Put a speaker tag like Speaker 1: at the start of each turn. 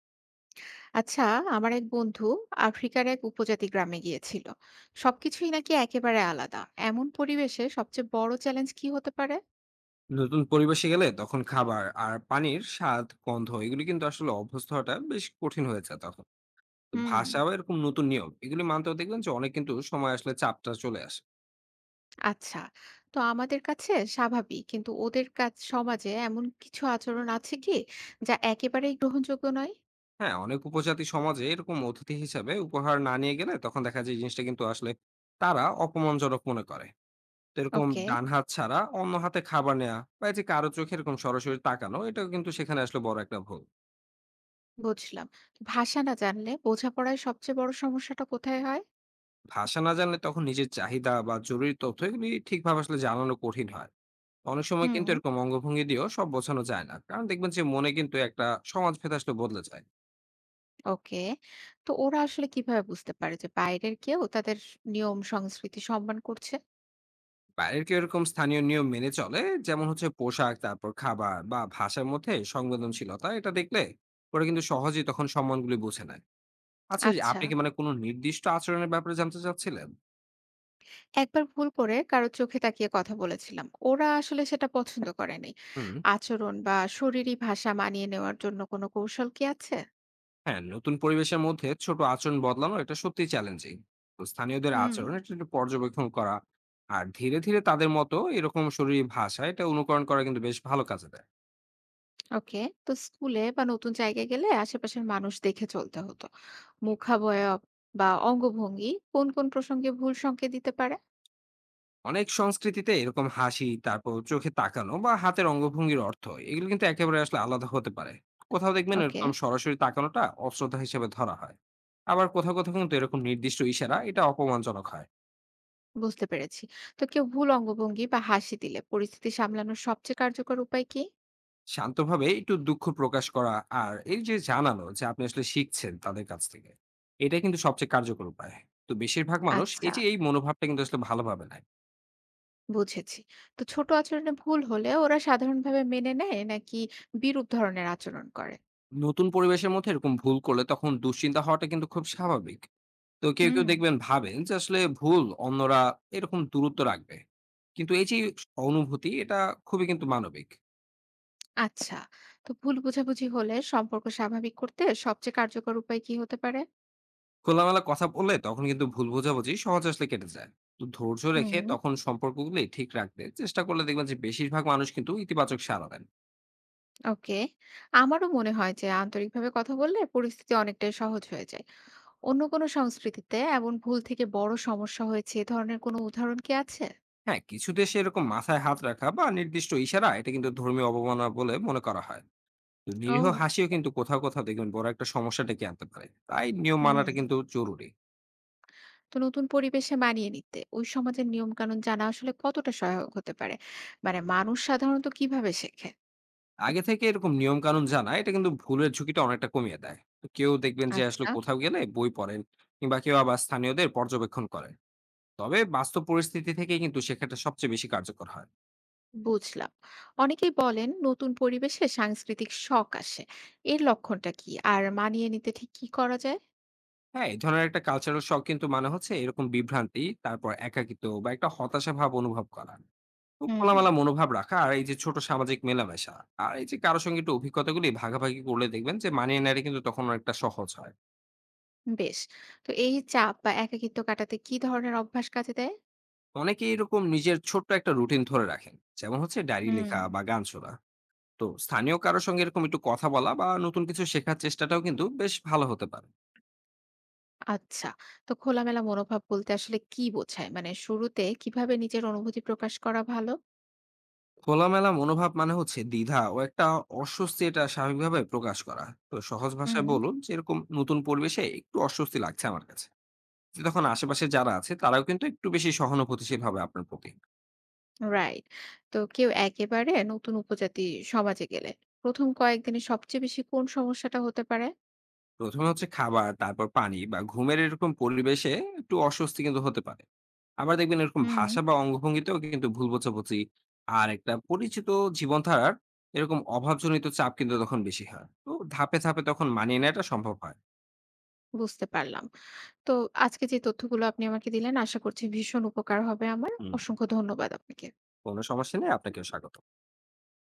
Speaker 1: আচ্ছা, আমার এক বন্ধু আফ্রিকার এক উপজাতি গ্রামে গিয়েছিল। সবকিছুই নাকি একেবারে আলাদা। এমন পরিবেশে সবচেয়ে বড় চ্যালেঞ্জ কি হতে পারে?
Speaker 2: নতুন পরিবেশে গেলে তখন খাবার আর পানির স্বাদ গন্ধ এগুলি কিন্তু আসলে অভ্যস্ত হওয়াটা বেশ কঠিন হয়ে যায় তখন। তো
Speaker 1: হুম।
Speaker 2: ভাষা বা এরকম নতুন নিয়ম এগুলি মানতেও দেখবেন যে অনেক কিন্তু সময় আসলে চাপটা চলে আসে।
Speaker 1: আচ্ছা, তো আমাদের কাছে স্বাভাবিক কিন্তু ওদের কাছে সমাজে এমন কিছু আচরণ আছে কি যা একেবারেই গ্রহণযোগ্য নয়?
Speaker 2: হ্যাঁ, অনেক উপজাতি সমাজে এরকম অতিথি হিসাবে উপহার না নিয়ে গেলে তখন দেখা যায় এই জিনিসটা কিন্তু আসলে তারা অপমানজনক মনে করে। তো এরকম
Speaker 1: ওকে,
Speaker 2: ডান হাত ছাড়া অন্য হাতে খাবার নেওয়া বা এই যে কারো চোখে এরকম সরাসরি তাকানো এটাও কিন্তু সেখানে আসলে বড় একটা ভুল।
Speaker 1: বুঝলাম। ভাষা না জানলে বোঝাপড়ায় সবচেয়ে বড় সমস্যাটা কোথায় হয়?
Speaker 2: ভাষা না জানলে তখন নিজের চাহিদা বা জরুরি তথ্য এগুলি ঠিকভাবে আসলে জানানো কঠিন হয়। অনেক সময় কিন্তু
Speaker 1: হুম।
Speaker 2: এরকম অঙ্গভঙ্গি দিয়েও সব বোঝানো যায় না, কারণ দেখবেন যে মনে কিন্তু একটা সমাজ ভেদ আসলে বদলে যায়।
Speaker 1: ওকে, তো ওরা আসলে কিভাবে বুঝতে পারে যে বাইরের কেউ তাদের নিয়ম সংস্কৃতি সম্মান করছে?
Speaker 2: বাইরের কেউ এরকম স্থানীয় নিয়ম মেনে চলে, যেমন হচ্ছে পোশাক, তারপর খাবার বা ভাষার মধ্যে সংবেদনশীলতা, এটা দেখলে ওরা কিন্তু সহজেই তখন সম্মানগুলি বুঝে নেয়। আচ্ছা, এই
Speaker 1: আচ্ছা,
Speaker 2: আপনি কি মানে কোনো নির্দিষ্ট আচরণের ব্যাপারে জানতে চাচ্ছিলেন?
Speaker 1: একবার ভুল করে কারো চোখে তাকিয়ে কথা বলেছিলাম, ওরা আসলে সেটা পছন্দ করেনি।
Speaker 2: হুম।
Speaker 1: আচরণ বা শরীরী ভাষা মানিয়ে নেওয়ার জন্য কোনো কৌশল কি আছে?
Speaker 2: হ্যাঁ, নতুন পরিবেশের মধ্যে ছোট আচরণ বদলানো এটা সত্যি চ্যালেঞ্জিং। তো স্থানীয়দের
Speaker 1: হুম।
Speaker 2: আচরণ এটা একটু পর্যবেক্ষণ করা আর ধীরে ধীরে তাদের মতো এরকম শরীরী ভাষা এটা অনুকরণ করা কিন্তু বেশ ভালো কাজে দেয়।
Speaker 1: ওকে, তো স্কুলে বা নতুন জায়গায় গেলে আশেপাশের মানুষ দেখে চলতে হতো। মুখাবয়ব বা অঙ্গভঙ্গি কোন কোন প্রসঙ্গে ভুল সংকেত দিতে পারে?
Speaker 2: অনেক সংস্কৃতিতে এরকম হাসি, তারপর চোখে তাকানো বা হাতের অঙ্গভঙ্গির অর্থ, এগুলো কিন্তু একেবারে আসলে আলাদা হতে পারে। কোথাও দেখবেন
Speaker 1: ওকে,
Speaker 2: এরকম সরাসরি তাকানোটা অশ্রদ্ধা হিসেবে ধরা হয়, আবার কোথাও কোথাও কিন্তু এরকম নির্দিষ্ট ইশারা এটা অপমানজনক হয়।
Speaker 1: বুঝতে পেরেছি। তো কেউ ভুল অঙ্গভঙ্গি বা হাসি দিলে পরিস্থিতি সামলানোর সবচেয়ে কার্যকর উপায় কি?
Speaker 2: শান্তভাবে একটু দুঃখ প্রকাশ করা আর এই যে জানানো যে আপনি আসলে শিখছেন তাদের কাছ থেকে, এটা কিন্তু সবচেয়ে কার্যকর উপায়। তো বেশিরভাগ মানুষ
Speaker 1: আচ্ছা,
Speaker 2: এই যে এই মনোভাবটা কিন্তু আসলে ভালোভাবে নেয়।
Speaker 1: বুঝেছি। তো ছোট আচরণে ভুল হলে ওরা সাধারণভাবে মেনে নেয় নাকি বিরূপ ধরনের আচরণ করে?
Speaker 2: নতুন পরিবেশের মধ্যে এরকম ভুল করলে তখন দুশ্চিন্তা হওয়াটা কিন্তু খুব স্বাভাবিক। তো কেউ
Speaker 1: হুম।
Speaker 2: দেখবেন ভাবেন যে আসলে ভুল অন্যরা এরকম দূরত্ব রাখবে। কিন্তু এই যে অনুভূতি, এটা খুবই কিন্তু মানবিক।
Speaker 1: আচ্ছা, তো ভুল বোঝাবুঝি হলে সম্পর্ক স্বাভাবিক করতে সবচেয়ে কার্যকর উপায় কি হতে পারে?
Speaker 2: খোলামেলা কথা বললে তখন কিন্তু ভুল বোঝাবুঝি সহজে আসলে কেটে যায়। তো ধৈর্য রেখে
Speaker 1: হুম,
Speaker 2: তখন সম্পর্কগুলি ঠিক রাখতে চেষ্টা করলে দেখবেন যে বেশিরভাগ মানুষ কিন্তু ইতিবাচক সাড়া দেন।
Speaker 1: ওকে। আমারও মনে হয় যে আন্তরিকভাবে কথা বললে পরিস্থিতি অনেকটাই সহজ হয়ে যায়। অন্য কোনো সংস্কৃতিতে এমন ভুল থেকে বড় সমস্যা হয়েছে এ ধরনের কোনো উদাহরণ কি আছে?
Speaker 2: হ্যাঁ, কিছু দেশে এরকম মাথায় হাত রাখা বা নির্দিষ্ট ইশারা, এটা কিন্তু ধর্মীয় অবমাননা বলে মনে করা হয়। তো নিরীহ
Speaker 1: ও,
Speaker 2: হাসিও কিন্তু কোথাও দেখবেন বড় একটা সমস্যা ডেকে আনতে পারে। তাই নিয়ম
Speaker 1: হুম।
Speaker 2: মানাটা কিন্তু জরুরি।
Speaker 1: তো নতুন পরিবেশে মানিয়ে নিতে ওই সমাজের নিয়ম কানুন জানা আসলে কতটা সহায়ক হতে পারে? মানে মানুষ সাধারণত কিভাবে শেখে?
Speaker 2: আগে থেকে এরকম নিয়মকানুন জানা এটা কিন্তু ভুলের ঝুঁকিটা অনেকটা কমিয়ে দেয়। তো কেউ দেখবেন যে আসলে
Speaker 1: আচ্ছা,
Speaker 2: কোথাও গেলে বই পড়েন, কিংবা কেউ আবার স্থানীয়দের পর্যবেক্ষণ করেন। তবে বাস্তব পরিস্থিতি থেকে কিন্তু শেখাটা সবচেয়ে বেশি কার্যকর হয়।
Speaker 1: বুঝলাম। অনেকেই বলেন নতুন পরিবেশে সাংস্কৃতিক শখ আসে। এর লক্ষণটা কি আর মানিয়ে নিতে ঠিক কি করা যায়?
Speaker 2: হ্যাঁ, এই ধরনের একটা কালচারাল শখ কিন্তু মানে হচ্ছে এরকম বিভ্রান্তি, তারপর একাকিত্ব বা একটা হতাশা ভাব অনুভব করা। তো
Speaker 1: হুম,
Speaker 2: খোলামেলা মনোভাব রাখা আর এই যে ছোট সামাজিক মেলামেশা আর এই যে কারো সঙ্গে একটু অভিজ্ঞতাগুলি ভাগাভাগি করলে দেখবেন যে মানিয়ে নেওয়াটা কিন্তু তখন অনেকটা সহজ হয়।
Speaker 1: বেশ। তো এই চাপ বা একাকিত্ব কাটাতে কি ধরনের অভ্যাস কাজে দেয়?
Speaker 2: অনেকেই এরকম নিজের ছোট্ট একটা রুটিন ধরে রাখেন, যেমন হচ্ছে ডায়েরি
Speaker 1: হুম।
Speaker 2: লেখা বা গান শোনা। তো স্থানীয় কারোর সঙ্গে এরকম একটু কথা বলা বা নতুন কিছু শেখার চেষ্টাটাও কিন্তু বেশ ভালো হতে পারে।
Speaker 1: আচ্ছা, তো খোলামেলা মনোভাব বলতে আসলে কি বোঝায়? মানে শুরুতে কিভাবে নিজের অনুভূতি প্রকাশ করা ভালো?
Speaker 2: খোলামেলা মনোভাব মানে হচ্ছে দ্বিধা ও একটা অস্বস্তি, এটা স্বাভাবিকভাবে প্রকাশ করা। তো সহজ ভাষায়
Speaker 1: হুম,
Speaker 2: বলুন যে এরকম নতুন পরিবেশে একটু অস্বস্তি লাগছে আমার কাছে। তখন আশেপাশে যারা আছে তারাও কিন্তু একটু বেশি সহানুভূতিশীল হবে আপনার প্রতি।
Speaker 1: রাইট। তো কেউ একেবারে নতুন উপজাতি সমাজে গেলে প্রথম কয়েকদিনে সবচেয়ে বেশি কোন সমস্যাটা হতে পারে?
Speaker 2: প্রথমে হচ্ছে খাবার, তারপর পানি বা ঘুমের এরকম পরিবেশে একটু অস্বস্তি কিন্তু হতে পারে। আবার দেখবেন এরকম
Speaker 1: হুম,
Speaker 2: ভাষা বা অঙ্গভঙ্গিতেও কিন্তু ভুল বোঝাবুঝি আর একটা পরিচিত জীবনধারার এরকম অভাবজনিত চাপ কিন্তু তখন বেশি হয়। তো ধাপে তখন মানিয়ে নেওয়াটা সম্ভব হয়।
Speaker 1: বুঝতে পারলাম। তো আজকে যে তথ্যগুলো আপনি আমাকে দিলেন আশা করছি ভীষণ উপকার হবে আমার।
Speaker 2: হুম,
Speaker 1: অসংখ্য ধন্যবাদ আপনাকে।
Speaker 2: কোনো সমস্যা নেই। আপনাকেও স্বাগত।